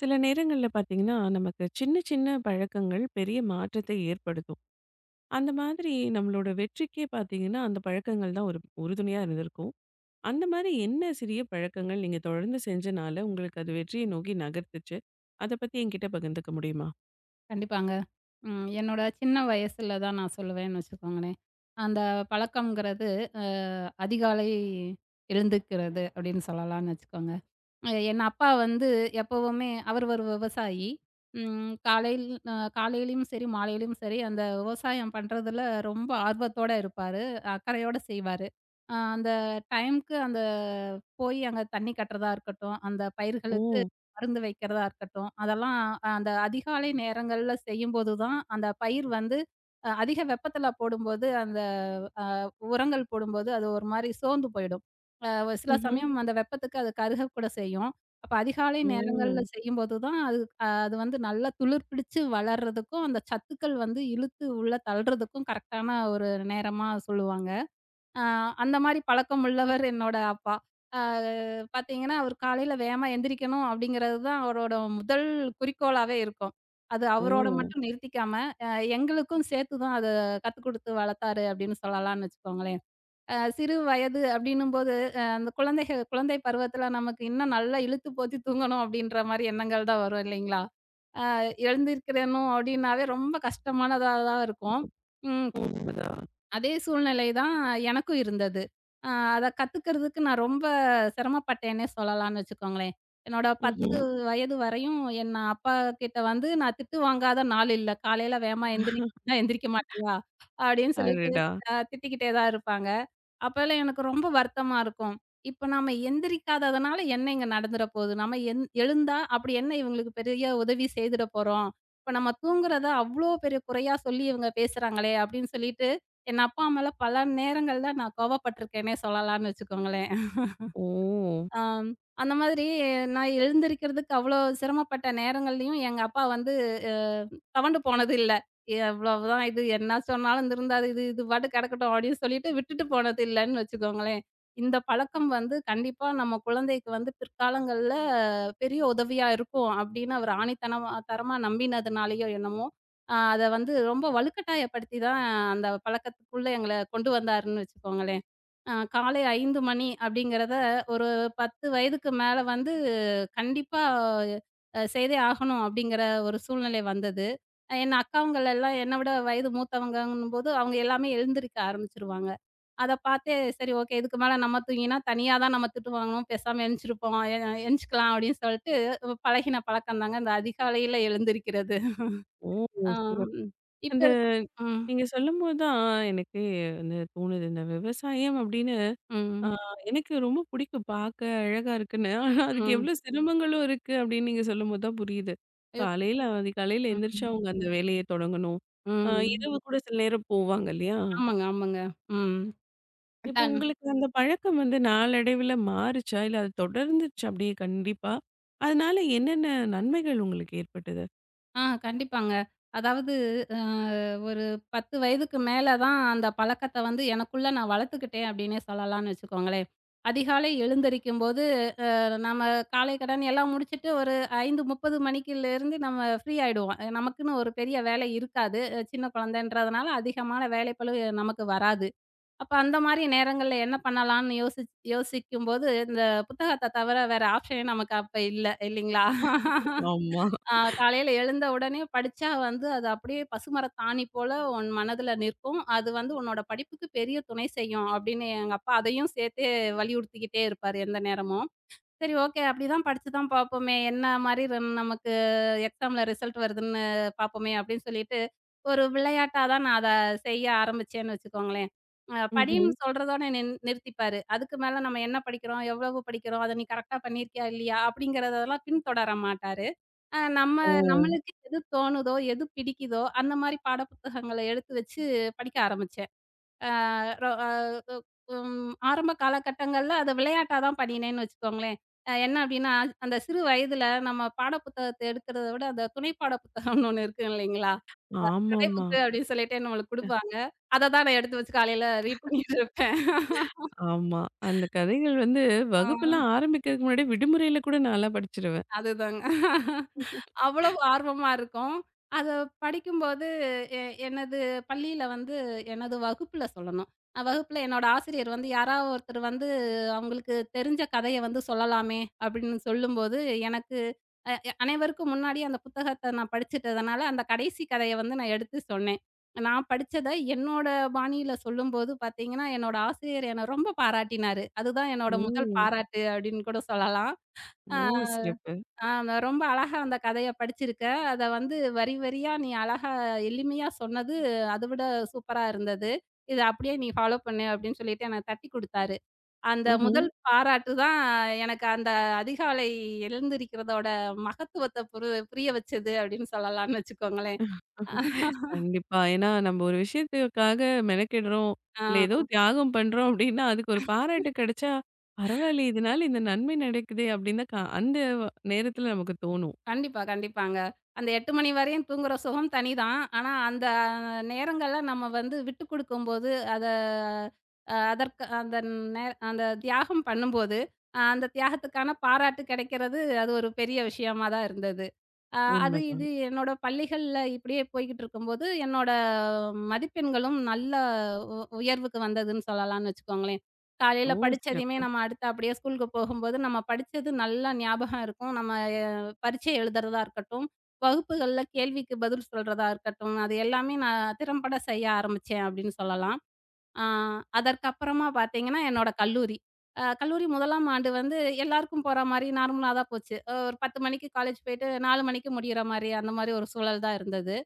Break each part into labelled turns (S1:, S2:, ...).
S1: சில நேரங்கள்ல பார்த்தீங்கன்னா, நமக்கு சின்ன சின்ன பழக்கங்கள் பெரிய மாற்றத்தை ஏற்படுத்தும். அந்த மாதிரி நம்மளோட வெற்றிக்கே பார்த்தீங்கன்னா, அந்த பழக்கங்கள் தான் ஒரு உறுதுணையா இருந்திருக்கும். அந்த மாரி என்ன சிறிய பழக்கங்கள் நீங்க தொடர்ந்து செஞ்சனால, உங்களுக்கு அது வெற்றியை நோக்கி நகர்த்துச்சு? அத பத்தி என்கிட்ட பகிர்ந்துக்க முடியுமா?
S2: கண்டிப்பாங்க. ம். என்னோட சின்ன வயசுல தான் நான் சொல்லுவேன்னு வச்சுக்கோங்களேன். அந்த பழக்கம்ங்கிறது அ அதிகாலை எழுந்துக்கிறது அப்படின்னு சொல்லலாம்னு வச்சுக்கோங்க. என் அப்பா வந்து எப்பவுமே அவர் ஒரு விவசாயி. ம் காலையில் அ காலையிலயும் சரி, மாலையிலயும் சரி அந்த விவசாயம் பண்றதுல ரொம்ப ஆர்வத்தோட இருப்பாரு. அக்கறையோட செய்வாரு. அந்த டைம்க்கு போய் அங்க தண்ணி கட்டுறதா இருக்கட்டும், அந்த
S1: ஓ!
S2: பயிர்களுக்கு மருந்து வைக்கிறதா இருக்கட்டும், அதெல்லாம் அந்த அதிகாலை நேரங்கள்ல செய்யும்போது தான், அந்த பயிர் வந்து அதிக வெப்பத்துல போடும்போது அந்த அ உரங்கள் போடும்போது அது ஒரு மாரி சோர்ந்து போயிடும். ஒரு சில
S1: ம்ஹ்ம்.
S2: சமயம் அந்த வெப்பத்துக்கு அது கருகக்கூட செய்யும். அப்ப அதிகாலை
S1: ஓ!
S2: நேரங்கள்ல செய்யும்போது தான் அது அது வந்து நல்லா துளிர் பிடிச்சு வளர்றதுக்கும், அந்த சத்துக்கள் வந்து இழுத்து உள்ள தள்றதுக்கும் கரெக்ட்டான ஒரு நேரமா சொல்லுவாங்க. ஆ அந்த மாரி பழக்கம் உள்ளவர் என்னோட அப்பா. ஆ பார்த்தீங்கன்னா, அவரு காலையில வேகமா எந்திரிக்கணும் அப்படிங்கிறது தான் அவரோட முதல் குறிக்கோளாவே இருக்கும். அது அவரோட ம்.
S1: ஓ!
S2: மட்டும் நிறுத்திக்காம, அ எங்களுக்கும் சேர்த்து தான் அத கத்துக் குடுத்து வளர்த்தாரு அப்படின்னு சொல்லலாம்னு வச்சுக்கோங்களேன். சிறு வயது அப்படின்னும்போது, அந்த குழந்தைகள் குழந்தை பருவத்தில நமக்கு இன்னும் நல்லா இழுத்து போத்தி தூங்கணும் அப்படின்ற மாரி எண்ணங்கள் தான் வரும் இல்லைங்களா? அ எழுந்திரிக்கிறணும் அப்படின்னாவே ரொம்ப கஷ்டமானதா தான் இருக்கும். ம்.
S1: உண்மதான்.
S2: அதே சூழ்நிலை தான் எனக்கும் இருந்தது. அத கத்துக்கிறதுக்கு நான் ரொம்ப சிரமப்பட்டேன்னே சொல்லலாம்னு வச்சுக்கோங்களேன். என்னோட
S1: ம்ஹ்ம்.
S2: 10 வயது வரையும் என்ன அப்பா கிட்ட வந்து நான் திட்டு வாங்காத நாள் இல்ல. காலையில வேகமா எந்திரின்னா எந்திரிக்க மாட்டியா? அப்படின்னு சொல்லிட்டு
S1: அடடா!
S2: அ திட்டிக்கிட்டே தான் இருப்பாங்க. அப்போலாம் எனக்கு ரொம்ப வருத்தமா இருக்கும். இப்ப நாம எந்திரிக்காததுனால என்ன இங்க நடந்துற போகுது? நம்ம எந் எழுந்தா அப்படி என்ன இவங்களுக்கு பெரிய உதவி செய்துட போறோம்? இப்ப நம்ம தூங்குறத அவ்ளோ பெரிய குறையா சொல்லி இவங்க பேசுறாங்களே அப்படின்னு சொல்லிட்டு என் அப்பா, அம்மாலாம் பல நேரங்கள்ல நான் கோவப்பட்டுருக்கேன்னே சொல்லலாம்னு வச்சுக்கோங்களேன்.
S1: ஓ!
S2: ஆம். அந்த மாதிரி நான் எழுந்திரிக்கிறதுக்கு அவ்வளோ சிரமப்பட்ட நேரங்கள்லயும், எங்க அப்பா வந்து அ துவண்டு போனது இல்ல. "எவ்வளவுதான் இது என்ன சொன்னாலும் இருந்திருந்தாது இது இது பாட்டுக்கு கிடக்கட்டும்" அப்படின்னு சொல்லிட்டு விட்டுட்டு போனது இல்லன்னு வச்சுக்கோங்களேன். இந்த பழக்கம் வந்து கண்டிப்பா நம்ம குழந்தைக்கு வந்து பிற்காலங்கள்ல பெரிய உதவியா இருக்கும் அப்படின்னு அவர் ஆணித்தனமா தரமா நம்பினதுனாலயோ என்னமோ, அத வந்து ரொம்ப வலுக்கட்டாயப்படுத்தி தான் அந்த பழக்கத்துக்குள்ள எங்கள கொண்டு வந்தாருன்னு வச்சுக்கோங்களேன். காலை 5 மணி அப்படிங்கிறத ஒரு 10 வயதுக்கு மேல வந்து கண்டிப்பா செய்தே ஆகணும் அப்படிங்கிற ஒரு சூழ்நிலை வந்தது. என் அக்காங்கள் எல்லாம் என்ன விட வயது மூத்தவங்கங்கும்போது, அவங்க எல்லாமே எழுந்திரிக்க ஆரம்பிச்சுருவாங்க. அத பார்த்தே சரி, ஓகே, இதுக்கு மேல நம்ம தூங்கினா தனியா தான் நம்ம திட்டு வாங்கணும். பேசாம எந்திச்சிருப்போம் எ எந்திச்சுக்கலாம் அப்படின்னு சொல்லிட்டு பழகின பழக்கம் தாங்க இந்த அதிகாலையில எழுந்திரிக்கிறது.
S1: ஓ!
S2: ஆ.
S1: சிறப்பு.
S2: இப்ப
S1: அந்த
S2: இருக் ம்.
S1: நீங்க சொல்லும்போது தான் எனக்கே வந்து தோணுது. இந்த விவசாயம் அப்படின்னு ஆ
S2: ம்.
S1: எனக்கு ரொம்ப பிடிக்கும் பார்க்க அழகா இருக்குன்னு. ஆனா அதுக்கு
S2: ம்.
S1: எவ்ளோ சிரமங்களும் இருக்கு அப்படின்னு நீங்க சொல்லும்போது தான் புரியுது.
S2: ஐயோ!
S1: காலையில அதிகாலையில எந்திரிச்சு
S2: ம்.
S1: அவங்க அந்த வேலைய தொடங்கணும். ஆ
S2: ம்.
S1: இரவு கூட சில நேரம் போவாங்க இல்லையா?
S2: ஆமாங்க, ஆமாங்க. ம்.
S1: இப்ப
S2: கண்
S1: உங்களுக்கு அந்த பழக்கம் வந்து நாளடைவில மாறுச்சா? இல்ல அது தொடர்ந்துச்சா அப்படியே கண்டிப்பா? அதனால என்னென்ன நன்மைகள் உங்களுக்கு ஏற்பட்டது?
S2: கண்டிப்பாங்க. அதாவது அ ஒரு 10 வயதுக்கு மேல தான் அந்த பழக்கத்த வந்து எனக்குள்ள நான் வளர்த்துக்கிட்டேன் அப்டின்னே சொல்லலாம்னு வச்சுக்கோங்களேன். அதிகாலை எழுந்திரிக்கும்போது அ நம்ம காலை கடன் எல்லாம் முடிச்சுட்டு ஒரு 5:30 மணிக்கிலேருந்து நம்ம ஃப்ரீ ஆயிடுவோம். நமக்குன்னு ஒரு பெரிய வேலை இருக்காது. சின்ன குழந்தைன்றதுனால அதிகமான வேலைப்பளு நமக்கு வராது. அப்ப அந்த மாரி நேரங்கள்ல என்ன பண்ணலாம்னு யோசிக்கும்போது இந்த புத்தகத்த தவிர வேற ஆப்ஷனே நமக்கு அப்ப இல்ல இல்லைங்களா?
S1: ஆமா.
S2: ஆ, காலையில எழுந்த உடனே படிச்சா வந்து, அது அப்படியே பசுமரத்தாணி போல உன் மனதுல நிற்கும். அது வந்து உன்னோட படிப்புக்கு பெரிய துணை செய்யும்." அப்படின்னு எங்க அப்பா அதையும் சேர்த்தே வலியுறுத்திக்கிட்டே இருப்பாரு எந்த நேரமும். சரி, ஓகே, அப்படிதான் படிச்சு தான் பார்ப்போமே, என்ன மாரி ரெம் நமக்கு எக்ஸாம்ல ரிசல்ட் வருதுன்னு பார்ப்போமே அப்படின்னு சொல்லிட்டு, ஒரு விளையாட்டா தான் நான் அத செய்ய ஆரம்பிச்சேன்னு வச்சுக்கோங்களேன். அ ம். படின்னு
S1: ம்ஹ்ம்.
S2: சொல்றதோட நிறுத்திப்பாரு. அதுக்கு மேல நம்ம என்ன படிக்கிறோம், எவ்வளவு படிக்கிறோம், அத நீ கரெக்ட்டா பண்ணியிருக்கியா இல்லையா அப்படிங்கிறதெல்லாம் பின்தொடர மாட்டாரு. அ நம்ம
S1: ஓ!
S2: நம்மளுக்கு எது தோணுதோ, எது பிடிக்குதோ, அந்த மாரி பாட புத்தகங்கள எடுத்து வச்சு படிக்க ஆரம்பிச்சேன். அ ரொ அ ஒ ம் ஆரம்ப காலகட்டங்கள்ல அத விளையாட்டா தான் பண்ணினேன்னு வச்சுக்கோங்களேன். என்ன அப்டின்னா, அந்த சிறு வயதுல நம்ம பாட புத்தகத்த எடுக்கிறத விட, அந்த துணை பாட புத்தகம்னு ஒண்ணு இருக்கும் இல்லைங்களா? கதை
S1: ஆமாமா.
S2: புக்கு அப்டின்னு சொல்லிட்டு நம்மளுக்கு குடுப்பாங்க. அத தான் நான் எடுத்து வச்சு காலையில ரீட் பண்ணிட்டு இருப்பேன்.
S1: ஆமா. அந்த கதைகள் வந்து
S2: ஆ,
S1: வகுப்பெல்லாம் ஆரம்பிக்கிறதுக்கு முன்னாடி விடுமுறையில கூட நான்லாம் படிச்சுருவேன்.
S2: அதுதாங்க. அவ்வளவு ஆர்வமா இருக்கும். அத படிக்கும்போது எ எனது பள்ளியில வந்து எனது வகுப்புல சொல்லணும். வகுப்புல என்னோட ஆசிரியர் வந்து யாராவது ஒருத்தர் வந்து அவங்களுக்கு தெரிஞ்ச கதைய வந்து சொல்லலாமே அப்படின்னு சொல்லும்போது, எனக்கு அ எ அனைவருக்கும் முன்னாடி அந்த புத்தகத்த நான் படிச்சுட்டதுனால, அந்த கடைசி கதைய வந்து நான் எடுத்து சொன்னேன். நான் படிச்சத என்னோட பாணியில சொல்லும்போது பார்த்தீங்கன்னா, என்னோட ஆசிரியர் என்ன ரொம்ப பாராட்டினாரு. அதுதான் என்னோட முதல்
S1: ம்.
S2: பாராட்டு அப்படின்னு கூட சொல்லலாம்.
S1: ஓ!
S2: ஆ.
S1: சிறப்பு.
S2: ஆ, நான் ரொம்ப அழகா அந்த கதைய படிச்சிருக்க. அத வந்து வரி வரியா நீ அழகா எளிமையா சொன்னது, அத விட சூப்பரா இருந்தது. இத அப்படியே நீ ஃபாலோ பண்ணு அப்படின்னு சொல்லிட்டு எனக்கு தட்டி குடுத்தாரு. அந்த
S1: ம்ஹ்ம்.
S2: முதல் பாராட்டு தான் எனக்கு அந்த அதிகாலை எழுந்திரிக்கிறதோட மகத்துவத்த புரிய வச்சது அப்படின்னு சொல்லலாம்னு வச்சுக்கோங்களேன்.
S1: ம்ஹ்ம். கண்டிப்பா. ஏன்னா நம்ம ஒரு விஷயத்துக்காக மெனக்கிடுறோம். இல்ல ஏதோ
S2: ஆ.
S1: தியாகம் பண்றோம் அப்டின்னா, அதுக்கு ஒரு பாராட்டு கிடைச்சா, பரவாயில்லையே இதனால இந்த நன்மை நடக்குதே அப்டின்னு தான் அந்த நேரத்துல நமக்கு தோணும்.
S2: கண்டிப்பா, கண்டிப்பாங்க. அந்த 8 மணி வரையும் தூங்குற சுகம் தனிதான். ஆனா, அந்த நேரங்கள்ல நம்ம வந்து விட்டு குடுக்கும்போது, அத அ அதற்கு அந்த நே அந்த தியாகம் பண்ணும்போது, அந்த தியாகத்துக்கான பாராட்டு கிடைக்கிறது, அது ஒரு பெரிய விஷயமா தான் இருந்தது. அ அது
S1: உண்மைதான்.
S2: இது என்னோட பள்ளிகள்ல இப்படியே போய்க்கிட்டு இருக்கும்போது, என்னோட மதிப்பெண்களும் நல்ல உயர்வுக்கு வந்ததுன்னு சொல்லலாம்னு வச்சுக்கோங்களேன்.
S1: ஓ!
S2: காலையில படிச்சதையுமே
S1: சிறப்பு.
S2: நம்ம அடுத்து அப்படியே ஸ்கூலுக்கு போகும்போது, நம்ம படிச்சது நல்லா ஞாபகம் இருக்கும். நம்ம பரீட்சை எழுதுறதா இருக்கட்டும், வகுப்புகள்ல கேள்விக்கு பதில் சொல்றதா இருக்கட்டும், அது எல்லாமே நான் திறம்பட செய்ய ஆரம்பிச்சேன் அப்படின்னு சொல்லலாம். ஆ அதற்கப்புறமா பார்த்தீங்கன்னா, என்னோட கல்லூரி. கல்லூரி 1ஆம் ஆண்டு வந்து எல்லாருக்கும் போற மாரி நார்மலா தான் போச்சு. ஒரு 10 மணிக்கு காலேஜ் போயிட்டு 4 மணிக்கு முடியிற மாரி, அந்த மாரி ஒரு சூழல் தான் இருந்தது.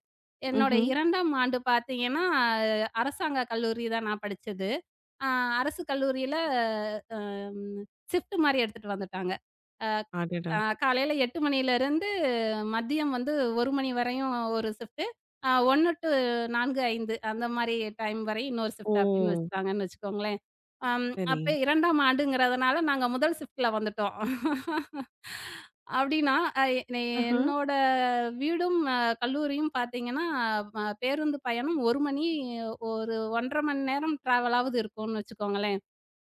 S2: என்னோட
S1: ம்ஹ்ம்.
S2: 2ஆம் ஆண்டு பார்த்தீங்கன்னா, அரசாங்க கல்லூரி தான் நான் படிச்சது. அ அரசு கல்லூரியில அ ம் ஷிஃப்ட் மாரி எடுத்துட்டு வந்துட்டாங்க. அ
S1: அடடா!
S2: ஆ காலையில 8 மணியிலருந்து மதியம் வந்து 1 மணி வரையும் ஒரு ஷிஃப்ட்டு. 1 டூ 4, 5 அந்த மாரி டைம் வரை இன்னொரு
S1: ஓ!
S2: ஷிஃப்ட் அப்படின்னு வச்சுட்டாங்கன்னு வச்சுக்கோங்களேன். அம்
S1: சரி.
S2: அப்ப 2ஆம் ஆண்டுங்கிறதுனால நாங்க முதல் ஷிஃப்ட்ல வந்துட்டோம். அப்படின்னா, அ எ
S1: ஆஹா.
S2: என்னோட வீடும் கல்லூரியும் பார்த்தீங்கன்னா, பேருந்து பயணம் 1 மணி ஒரு 1 1/2 மணி நேரம் ட்ராவலாவது இருக்கும்னு வச்சுக்கோங்களேன்.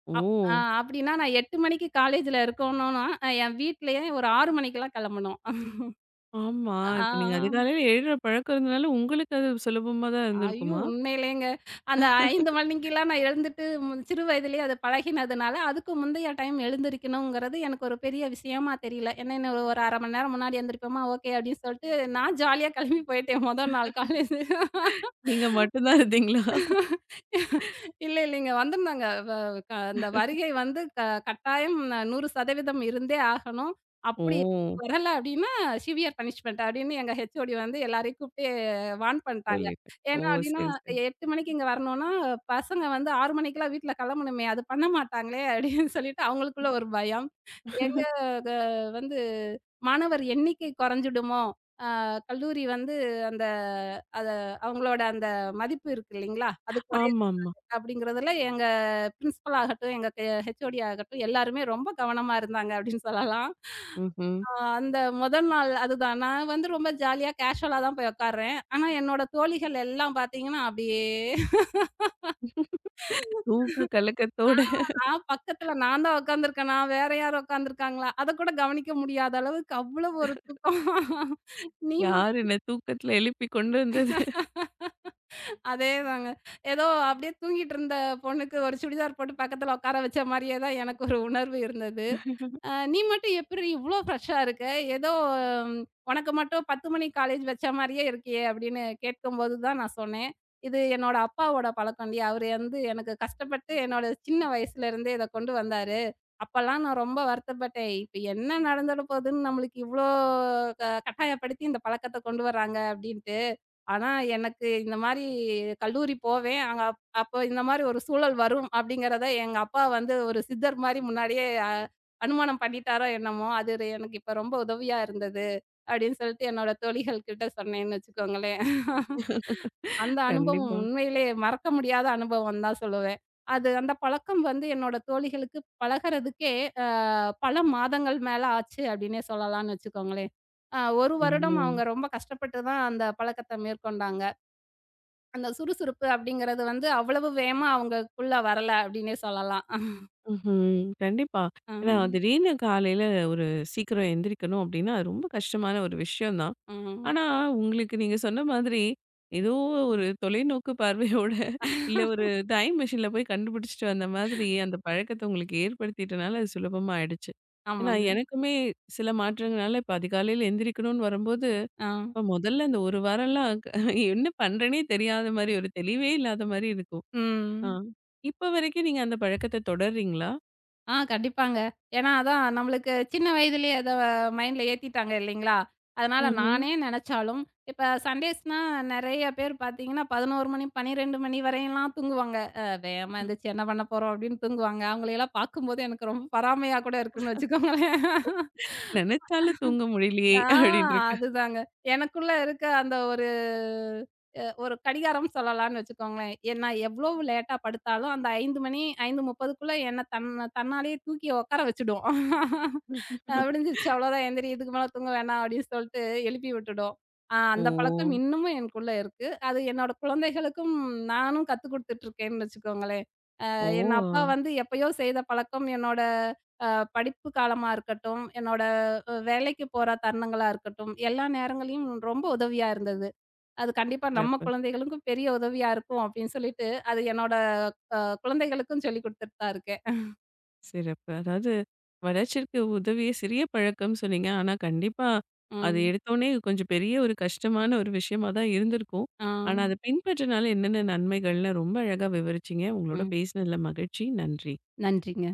S1: ஓ!
S2: அப் அப்டின்னா நான் 8 மணிக்கு காலேஜ்ல இருக்கணும்னா, என் வீட்லயே ஒரு 6 மணிக்கெல்லாம் கெளம்பணும்.
S1: ஆமா.
S2: ஆ
S1: இப்ப நீங்க அதிகாலையில எழுற பழக்கம் இருந்தனால, உங்களுக்கு அது சுலபமா தான்
S2: ஐயோ!
S1: இருந்திருக்குமா?
S2: உண்மையிலேங்க. அந்த 5 மணிக்கெல்லாம் நான் எழுந்துட்டு சிறு வயதிலேயே அது பழகினதுனால, அதுக்கு முந்தைய டைம் எழுந்திரிக்கணுங்கிறது எனக்கு ஒரு பெரிய விஷயமா தெரியல. என்ன இன்னும் ஒரு 1/2 மணி நேரம் முன்னாடி எந்திரிப்போமா, ஓகே, அப்டின்னு சொல்ட்டு நான் ஜாலியா கெளம்பி போயிட்டேன் மொத நாள் காலேஜ்.
S1: நீங்க மட்டும் தான் இருந்தீங்களா?
S2: இல்ல, இல்லைங்க. வந்திருந்தாங்க. வ க அந்த வருகை வந்து கட்டாயம் 100% இருந்தே ஆகணும். அப்படி
S1: ஓ!
S2: வரல அப்படின்னா, சிவியர் பனிஷ்மென்ட் அப்படின்னு எங்க ஹெச்ஓடி வந்து எல்லாரையும் கூப்பிட்டு வார்ன் பண்ட்டாங்க.
S1: புரியுது. ஓ!
S2: ஏன்னா அப்படின்னா,
S1: சரி,
S2: 8 மணிக்கு இங்க வரணும்னா, பசங்க வந்து 6 மணிக்கெல்லாம் வீட்ல கிளம்பணுமே, அது பண்ண மாட்டாங்களே அப்படின்னு சொல்லிட்டு அவங்களுக்குள்ள ஒரு பயம். எங்க
S1: சரி.
S2: க வந்து மாணவர் எண்ணிக்கை குறைஞ்சிடுமோ, கல்லூரி வந்து அந்த அத அவங்களோட அந்த மதிப்பு இருக்கு இல்லைங்களா? அது குறை
S1: ஆமாமா.
S2: அப்படிங்கிறதுல எங்க பிரின்சிபல் ஆகட்டும், எங்க ஹெச்ஓடி ஆகட்டும் எல்லாருமே ரொம்ப கவனமா இருந்தாங்க அப்படின்னு சொல்லலாம்.
S1: ம்ஹ்ம்.
S2: ஆ அந்த முதல் நாள் அதுதான். நான் வந்து ரொம்ப ஜாலியா கேஷுவலா தான் போய் உட்கார்றேன். ஆனா என்னோட தோழிகள் எல்லாம் பார்த்தீங்கன்னா, அப்படியே
S1: தூக்க கலக்கத்தோட
S2: நான் தான் உட்காந்துருக்கேனா? வேற யாரும் உட்காந்துருக்காங்களா? அதக்கூட கவனிக்க முடியாத அளவுக்கு அவ்வளவு ஒரு தூக்கம். நீ மட்
S1: யார் என்ன தூக்கத்துல எழுப்பி கொண்டு வந்தது?
S2: அதேதாங்க. ஏதோ அப்படியே தூங்கிட்டு இருந்த பொண்ணுக்கு ஒரு சுடிதார் போட்டு பக்கத்துல உட்கார வச்ச மாரியே தான் எனக்கு ஒரு உணர்வு இருந்தது. "நீ மட்டும் எப்புட்றீ இவ்ளோ ஃப்ரெஷ்ஷா இருக்க? ஏதோ ம், உனக்கு மட்டும் 10 மணி காலேஜ் வச்ச மாரியே இருக்கியே!" அப்படின்னு கேட்கும்போது தான் நான் சொன்னேன். "இது என்னோட அப்பாவோட பழக்கம்டி. அவரு வந்து எனக்கு கஷ்டப்பட்டு என்னோட சின்ன வயசுலேருந்தே இத கொண்டு வந்தாரு. அப்பலாம் நான் ரொம்ப வருத்தப்பட்டேன். இப்ப என்ன நடந்துட போதுன்னு நம்மளுக்கு இவ்ளோ கட்டாயப்படுத்தி இந்த பழக்கத்த கொண்டு வர்றாங்க" அப்படின்ட்டு. ஆனா எனக்கு இந்த மாரி கல்லூரி போவேன். அப்போ இந்த மாரி ஒரு சூழல் வரும் அப்படிங்கிறத எங்க அப்பா வந்து ஒரு சித்தர் மாரி முன்னாடியே அனுமானம் பண்ணிட்டாரோ என்னமோ, அது ஒரு எனக்கு இப்ப ரொம்ப உதவியா இருந்தது. அப்படின்னு சொல்லிட்டு என்னோட தோழிகள் கிட்ட சொன்னேன்னு வச்சுக்கோங்களேன். அந்த அனுபவம்
S1: கண்டிப்பா.
S2: உண்மையிலேயே மறக்க முடியாத அனுபவம் தான் சொல்லுவேன். அது அந்த பழக்கம் வந்து என்னோட தோழிகளுக்கு பழகுறதுக்கே அ பல மாதங்கள் மேல ஆச்சு அப்படின்னே சொல்லலாம்னு வச்சுக்கோங்களேன். 1 வருடம்
S1: ம்.
S2: அவங்க ரொம்ப கஷ்டப்பட்டு தான் அந்த பழக்கத்த மேற்கொண்டாங்க. அந்த சுறுசுறுப்பு அப்படிங்கிறது வந்து அவ்வளவு வேகமா அவங்களுக்குள்ள வரல அப்படின்னே சொல்லலாம்.
S1: ம்ஹ்ம். கண்டிப்பா. ஏன்னா,
S2: ம்.
S1: திடீர்னு காலையில ஒரு சீக்கிரம் எந்திரிக்கணும் அப்டின்னா, அது ரொம்ப கஷ்டமான ஒரு விஷயம் தான்.
S2: ம்.
S1: ஆனா, உங்களுக்கு நீங்க சொன்ன மாதிரி, ஏதோ ஒரு தொலைநோக்கு பார்வையோட இல்ல ஒரு டைம் மெஷின்ல போய் கண்டுபிடிச்சுட்டு வந்த மாதிரி, அந்த பழக்கத்த உங்களுக்கு ஏற்படுத்திட்டனால அது சுலபமா ஆயிடுச்சு. ஏன்னா,
S2: ஆமாங்க.
S1: எனக்குமே சில மாற்றங்கள்னால இப்ப அதிகாலையில எந்திரிக்கணும்னு வரும்போது
S2: ஆ.
S1: இப்ப முதல்ல இந்த ஒரு வாரம்லாம் என்ன பண்றேன்னே தெரியாத மாரி, ஒரு தெளிவே இல்லாத மாரி இருக்கும். ஆ.
S2: ம்.
S1: இப்ப வரைக்கும் நீங்க அந்த பழக்கத்த தொடர்றீங்களா?
S2: கண்டிப்பாங்க. ஏன்னா அதான் நம்மளுக்கு சின்ன வயதிலேயே அத மைண்ட்ல ஏத்திட்டாங்க இல்லைங்களா? அதனால
S1: ம்ஹ்ம்.
S2: நானே நெனச்சாலும், இப்ப சண்டேஸ்னா நெறைய பேர் பாத்தீங்கன்னா 11 மணி, 12 மணி வரையும்லாம் தூங்குவாங்க. வேகமா எந்திரிச்சு என்ன பண்ண போறோம்? அப்படின்னு தூங்குவாங்க. அவங்களையெல்லாம் பாக்கும்போது எனக்கு ரொம்ப பராமையா கூட இருக்குன்னு வச்சுக்கோங்களேன்.
S1: "நெனச்சாலும் தூங்க முடியலையே!"
S2: ஆ
S1: அப்படின்னு இருக்கு.
S2: அதுதாங்க. எனக்குள்ள இருக்க அந்த ஒரு ஒரு கடிகாரம் சொல்லலான்னு வச்சுக்கோங்களேன். நான் எவ்வளவு லேட்டா படுத்தாலும் அந்த 5 மணி 5:30க்குள்ள என்ன தன்னாலேயே தூக்கி உட்கார வச்சுடும். "விடிஞ்சிருச்சு அவ்வளோதான் எந்திரி, இதுக்கு மேல தூங்க வேணாம்" அப்படின்னு சொல்லிட்டு எழுப்பி விட்டுடும்.
S1: ஓ!
S2: அந்த பழக்கம் இன்னமும் எனக்குள்ள இருக்கு. அது என்னோட குழந்தைகளுக்கும் நானும் கத்துக் குடுத்துட்டுருக்கேன்னு வச்சுக்கோங்களேன்.
S1: ஓ!
S2: என் அப்பா வந்து எப்பயோ செய்த பழக்கம் என்னோட அ படிப்பு காலமா இருக்கட்டும், என்னோட வேலைக்கு போற தருணங்களா இருக்கட்டும், எல்லா நேரங்களையும் ரொம்ப உதவியா இருந்தது. அது கண்டிப்பா நம்ம
S1: சிறப்பு,
S2: குழந்தைகளுக்கும் பெரிய உதவியா இருக்கும் அப்படின்னு சொல்லிட்டு, அது என்னோட அ குழந்தைகளுக்கும் சொல்லிக் குடுத்துட்டு தான் இருக்கேன்.
S1: சிறப்பு. அதாவது வளர்ச்சிக்கு உதவிய சிறிய பழக்கம்னு சொன்னீங்க. ஆனா கண்டிப்பா அது
S2: ம்.
S1: எடுத்தோனே கொஞ்சம் பெரிய ஒரு கஷ்டமான ஒரு விஷயமா தான் இருந்திருக்கும்.
S2: ஆ.
S1: ஆனா அத பின்பற்றினால என்னென்ன நன்மைகள்னு ரொம்ப அழகா விவரிச்சீங்க. உங்களோட
S2: ம்.
S1: பேசினதுல மகிழ்ச்சி. நன்றி.
S2: நன்றிங்க.